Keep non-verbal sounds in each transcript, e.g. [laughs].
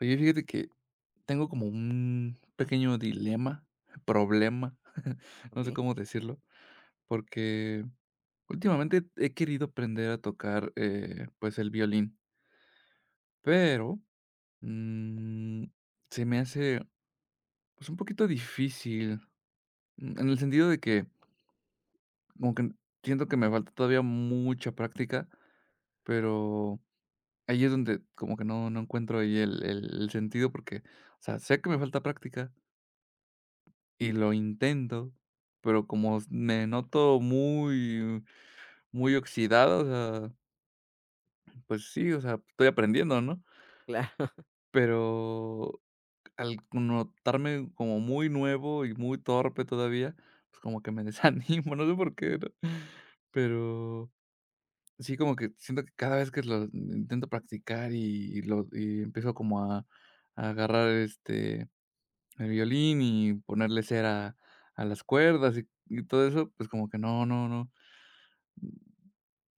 Oye, fíjate que tengo como un pequeño dilema, problema, [laughs] no sé Okey, cómo decirlo, porque últimamente he querido aprender a tocar, pues, el violín, pero, mm, se me hace, pues, un poquito difícil, en el sentido de que como que siento que me falta todavía mucha práctica, pero ahí es donde como que no encuentro ahí el sentido porque, o sea, sé que me falta práctica, y lo intento, pero como s me noto muy muy oxidado, o sea, pues sí, o sea, estoy aprendiendo, ¿no? claro, [laughs] Pero al notarme como muy nuevo y muy torpe todavía, pues como que me desanimo, [laughs] no sé por qué, ¿no? Pero sí, como que siento que cada vez que lo intento practicar y lo y empiezo como a agarrar, este, el violín y ponerle cera a las cuerdas y todo eso, pues como que no, no, no.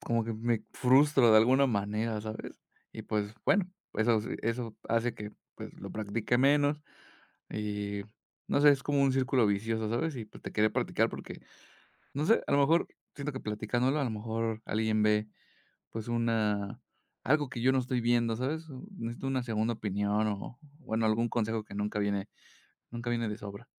Como que me frustro de alguna manera, ¿sabes? Y pues, bueno, eso sí, eso hace que, pues, lo practique menos y, no sé, es como un círculo vicioso, ¿sabes? Y, pues, te quería practicar porque, no sé, a lo mejor siento que platicándolo, a lo mejor alguien ve, pues, una algo que yo no estoy viendo, ¿sabes? Necesito una segunda opinión o, bueno, algún consejo que nunca viene de sobra.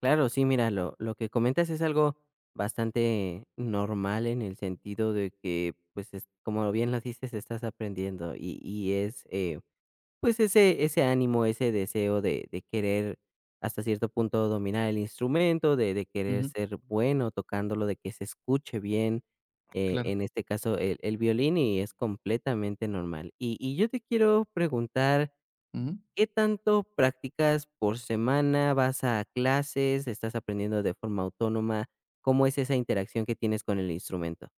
claro, sí, mira, lo que comentas es algo bastante normal en el sentido de que, pues, es como bien lo dices, estás aprendiendo y es, pues, ese ánimo, ese deseo de querer hasta cierto punto dominar el instrumento, de querer Ujú, ser bueno tocándolo, de que se escuche bien, claro. en este caso el violín y es completamente normal. Y yo te quiero preguntar. Ujú. ¿Qué tanto practicas por semana? ¿Vas a clases? ¿Estás aprendiendo de forma autónoma? ¿Cómo es esa interacción que tienes con el instrumento?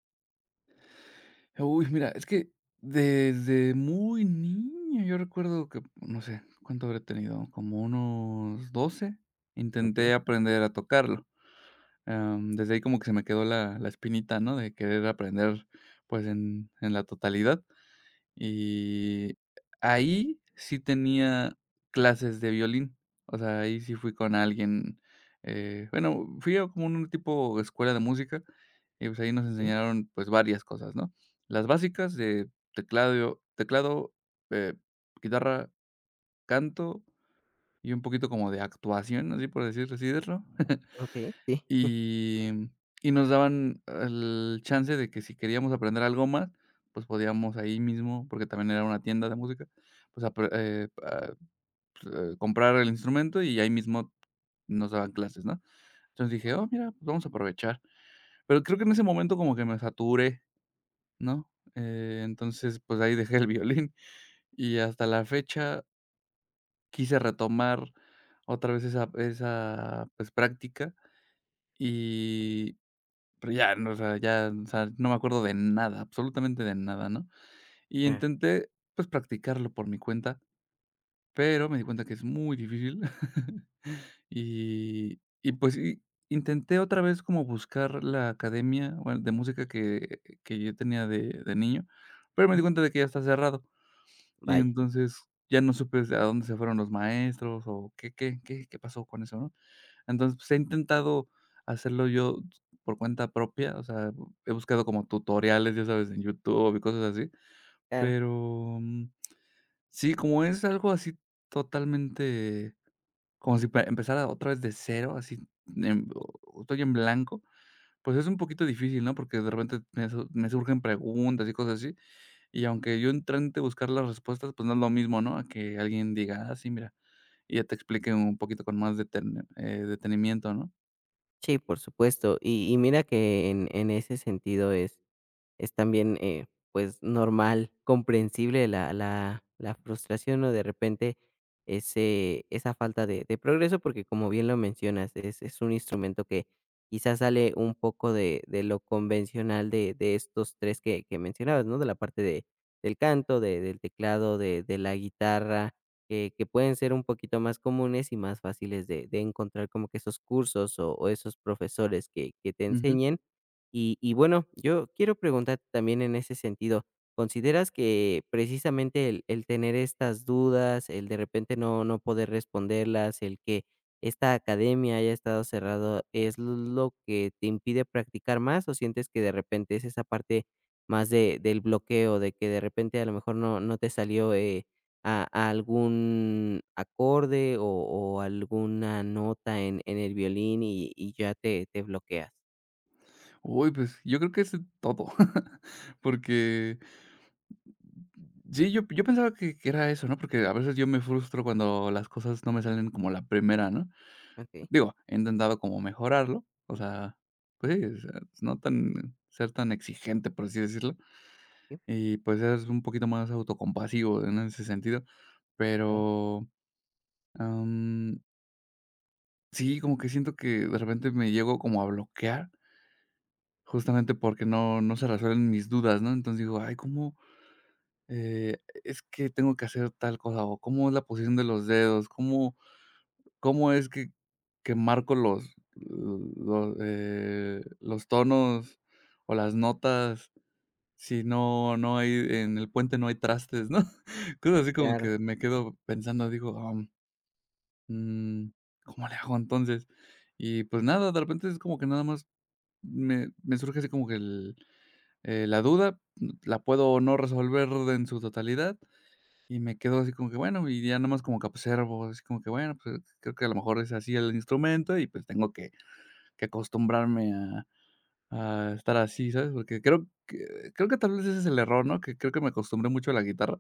Uy, mira, es que desde muy niño, yo recuerdo que, no sé, ¿cuánto habré tenido? Como unos 12, Okey, intenté aprender a tocarlo. Desde ahí como que se me quedó la espinita, ¿no? De querer aprender, pues, en la totalidad. Y ahí sí tenía clases de violín, o sea, ahí sí fui con alguien, bueno, fui a como un tipo escuela de música y, pues, ahí nos okey, enseñaron, pues, varias cosas, ¿no? Las básicas de teclado, eh, guitarra, canto y un poquito como de actuación, así decirlo. [laughs] okey, sí. Y y nos daban el chance de que si queríamos aprender algo más, pues, podíamos ahí mismo, porque también era una tienda de música, pues, comprar el instrumento y ahí mismo nos daban clases, ¿no? Entonces dije: "Oh, mira, pues, vamos a aprovechar". Pero creo que en ese momento como que me saturé, ¿no? Entonces, pues, ahí dejé el violín y hasta la fecha quise retomar otra vez esa, pues, práctica y pero ya, no, o sea, ya, o sea, no me acuerdo de nada, absolutamente de nada, ¿no? Y Ah, intenté, pues, practicarlo por mi cuenta, pero me di cuenta que es muy difícil. [laughs] Y, pues, sí, intenté otra vez como buscar la academia, bueno, de música que yo tenía de niño, pero me di ujú, cuenta de que ya está cerrado. Y vaya, entonces, ya no supe a dónde se fueron los maestros o qué pasó con eso, ¿no? Entonces, pues, he intentado hacerlo yo por cuenta propia, o sea, he buscado como tutoriales, ya sabes, en YouTube y cosas así, claro. pero, sí, como es algo así totalmente como si pe empezara otra vez de cero, así, em, estoy en blanco, pues, es un poquito difícil, ¿no? Porque de repente me surgen preguntas y cosas así, y aunque yo intente buscar las respuestas, pues, no es lo mismo, ¿no? A que alguien diga: "Ah, sí, mira", y ya te explique un poquito con más detenimiento, ¿no? Sí, por supuesto. Y mira que en ese sentido es. Es también, pues, normal, comprensible la frustración, o de repente ese esa falta de progreso, porque como bien lo mencionas, es un instrumento que quizás sale un poco de lo convencional de estos 3 que mencionabas, ¿no? De la parte de del canto, de del teclado, de la guitarra, que pueden ser un poquito más comunes y más fáciles de encontrar como que esos cursos o esos profesores que te enseñen. Y bueno, yo quiero preguntarte también en ese sentido, ¿consideras que precisamente el tener estas dudas, el de repente no poder responderlas, el que esta academia haya estado cerrado, es lo que te impide practicar más, o sientes que de repente es esa parte más de del bloqueo, de que de repente a lo mejor no te salió, a algún acorde o alguna nota en el violín y ya te bloqueas? Uy, pues, yo creo que es todo, [laughs] porque sí, yo pensaba que era eso, ¿no? Porque a veces yo me frustro cuando las cosas no me salen como la primera, ¿no? Okey. Digo, he intentado como mejorarlo, o sea, pues sí, o sea, pues no tan ser tan exigente, por así decirlo, y, pues, ser un poquito más autocompasivo en ese sentido, ¿No? pero, am, sí, como que siento que de repente me llego como a bloquear, justamente porque no se resuelven mis dudas, ¿no? Entonces digo: "Ay, ¿cómo Eh, es que tengo que hacer tal cosa, o cómo es la posición de los dedos, cómo cómo es que marco los tonos o las notas si no hay en el puente no hay trastes, ¿no?" [laughs] Cosas así como Claro. que me quedo pensando, digo, mm, ¿cómo le hago entonces? Y pues nada, de repente es como que nada más me surge así como que la duda, la puedo o no resolver en su totalidad. Y me quedo así como que, bueno, y ya nomás como que observo, así como que, bueno, pues, creo que a lo mejor es así el instrumento y, pues, tengo que acostumbrarme a estar así, ¿sabes? Porque creo que tal vez ese es el error, ¿no? Que creo que me acostumbré mucho a la guitarra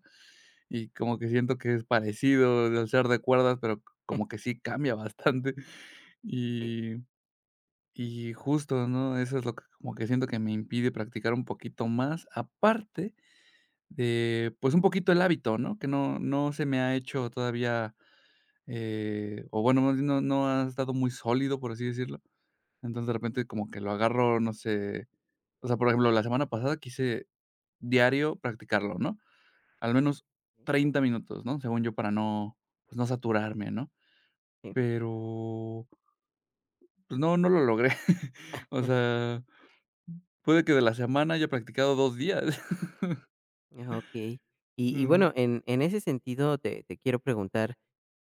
y como que siento que es parecido al ser de cuerdas, pero como que [laughs] sí cambia bastante. [laughs] Sí, Y y justo, ¿no? Eso es lo que como que siento que me impide practicar un poquito más, aparte de, pues, un poquito el hábito, ¿no? Que no se me ha hecho todavía. O bueno, más bien no ha estado muy sólido, por así decirlo. Entonces, de repente, como que lo agarro, no sé. O sea, por ejemplo, la semana pasada quise diario practicarlo, ¿no? Al menos sí. 30 minutos, ¿no? Según yo, para no, pues, no saturarme, ¿no? Pero, pues no, no lo logré. [laughs] O sea, puede que de la semana haya practicado 2 días. [laughs] Sí, ah, okey. Y Ujú. bueno, en ese sentido te quiero preguntar,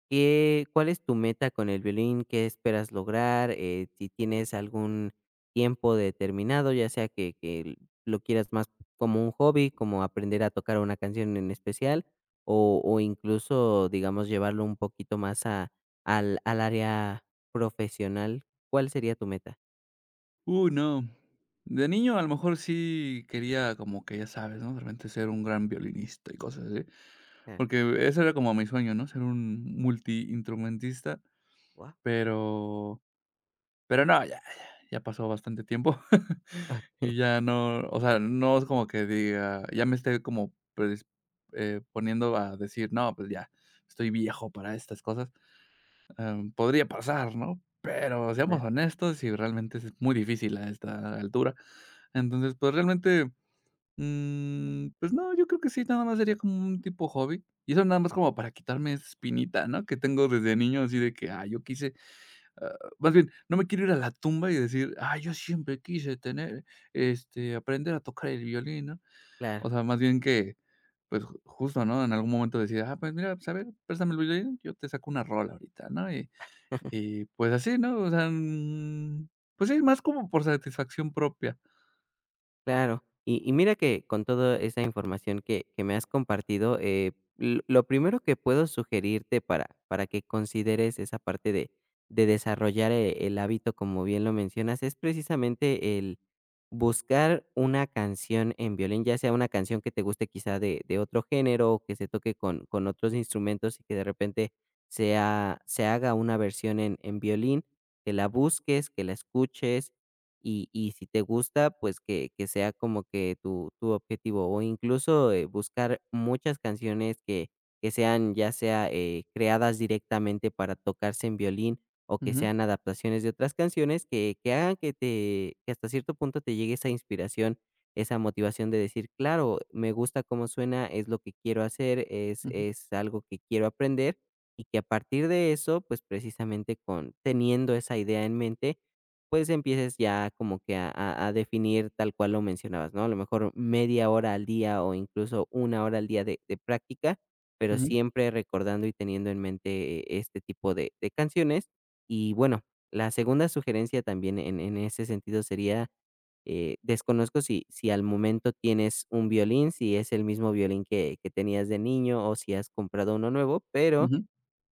¿qué cuál es tu meta con el violín? ¿Qué esperas lograr? Si tienes algún tiempo determinado, ya sea que lo quieras más como un hobby, como aprender a tocar una canción en especial, o incluso, digamos, llevarlo un poquito más a al área profesional, ¿cuál sería tu meta? Uy, no. De niño, a lo mejor sí quería como que, ya sabes, ¿no? De repente ser un gran violinista y cosas así. Claro. Porque ese era como mi sueño, ¿no? Ser un multiinstrumentista, Guau. pero no, ya ya pasó bastante tiempo [laughs] y [laughs] ya no, o sea, no es como que diga ya me esté como predis poniendo a decir: "No, pues ya estoy viejo para estas cosas". Podría pasar, ¿no? Pero Ah. seamos honestos, y realmente es muy difícil a esta altura. Entonces, pues, realmente pues no, yo creo que sí, nada más sería como un tipo hobby. Y eso nada más como para quitarme esa espinita, ¿no? Que tengo desde niño, así de que, ah, yo quise, ah, más bien, no me quiero ir a la tumba y decir, ah, yo siempre quise tener, este, aprender a tocar el violín, ¿no? Claro. O sea, más bien que, pues justo, ¿no? En algún momento decir, ah, pues mira, pues a ver, préstame el violín, yo te saco una rola ahorita, ¿no? Y pues así, ¿no? O sea, pues sí, más como por satisfacción propia. Claro. Y mira que con toda esa información que me has compartido, l lo primero que puedo sugerirte para que consideres esa parte de desarrollar, el hábito, como bien lo mencionas, es precisamente el buscar una canción en violín, ya sea una canción que te guste quizá de otro género, o que se toque con otros instrumentos y que de repente sea se haga una versión en violín, que la busques, que la escuches, y si te gusta, pues, que sea como que tu objetivo, o incluso, buscar muchas canciones que sean, ya sea, creadas directamente para tocarse en violín, o que Ujú, sean adaptaciones de otras canciones que hagan que te que hasta cierto punto te llegue esa inspiración, esa motivación de decir: "Claro, me gusta cómo suena, es lo que quiero hacer, es ujú, algo que quiero aprender", y que a partir de eso, pues, precisamente con teniendo esa idea en mente, pues, empieces ya como que a definir tal cual lo mencionabas, ¿no? A lo mejor media hora al día o incluso una hora al día de práctica, pero ujú, siempre recordando y teniendo en mente este tipo de canciones. Y bueno, la segunda sugerencia también en ese sentido sería, desconozco si al momento tienes un violín, si es el mismo violín que tenías de niño o si has comprado uno nuevo, pero ujú,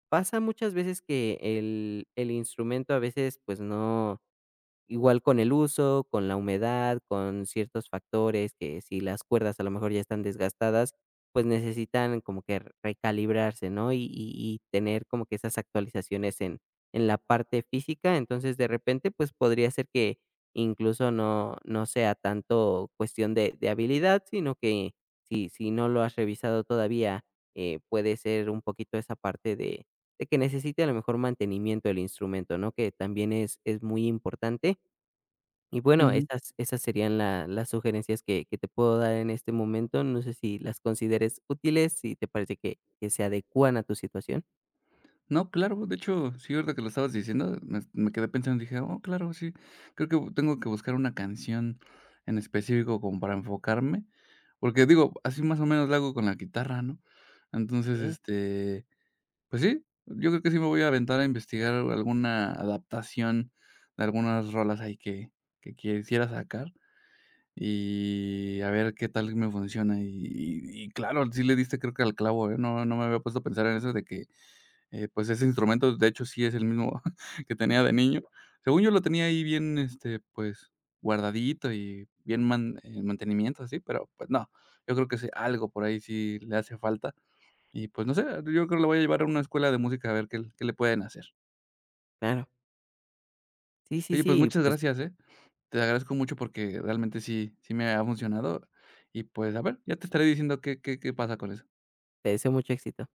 pasa muchas veces que el instrumento a veces, pues, no. Igual con el uso, con la humedad, con ciertos factores, que si las cuerdas a lo mejor ya están desgastadas, pues necesitan como que recalibrarse, ¿no? Y tener como que esas actualizaciones en la parte física. Entonces, de repente, pues podría ser que incluso no sea tanto cuestión de habilidad, sino que si no lo has revisado todavía, puede ser un poquito esa parte de que necesite a lo mejor mantenimiento el instrumento, ¿no? Que también es muy importante. Y bueno, ujú. esas serían la las sugerencias que te puedo dar en este momento. No sé si las consideres útiles, si te parece que se adecúan a tu situación. No, claro, de hecho, sí, ahorita que lo estabas diciendo, me quedé pensando, dije: "Oh, claro, sí, creo que tengo que buscar una canción en específico como para enfocarme", porque digo, así más o menos le hago con la guitarra, ¿no? Entonces, Okey, este, pues sí, yo creo que sí me voy a aventar a investigar alguna adaptación de algunas rolas ahí que quisiera sacar y a ver qué tal me funciona. Y claro, sí le diste creo que al clavo, ¿eh? No me había puesto a pensar en eso de que pues ese instrumento, de hecho, sí es el mismo [laughs] que tenía de niño. Según yo lo tenía ahí bien, este, pues, guardadito y bien mantenimiento, así, pero, pues, no. Yo creo que sí, algo por ahí sí le hace falta. Y, pues, no sé, yo creo que lo voy a llevar a una escuela de música a ver qué qué le pueden hacer. claro. Sí, sí, Oye, pues, sí, muchas pues gracias, ¿eh? Te agradezco mucho porque realmente sí me ha funcionado y, pues, a ver, ya te estaré diciendo qué pasa con eso. te deseo mucho éxito.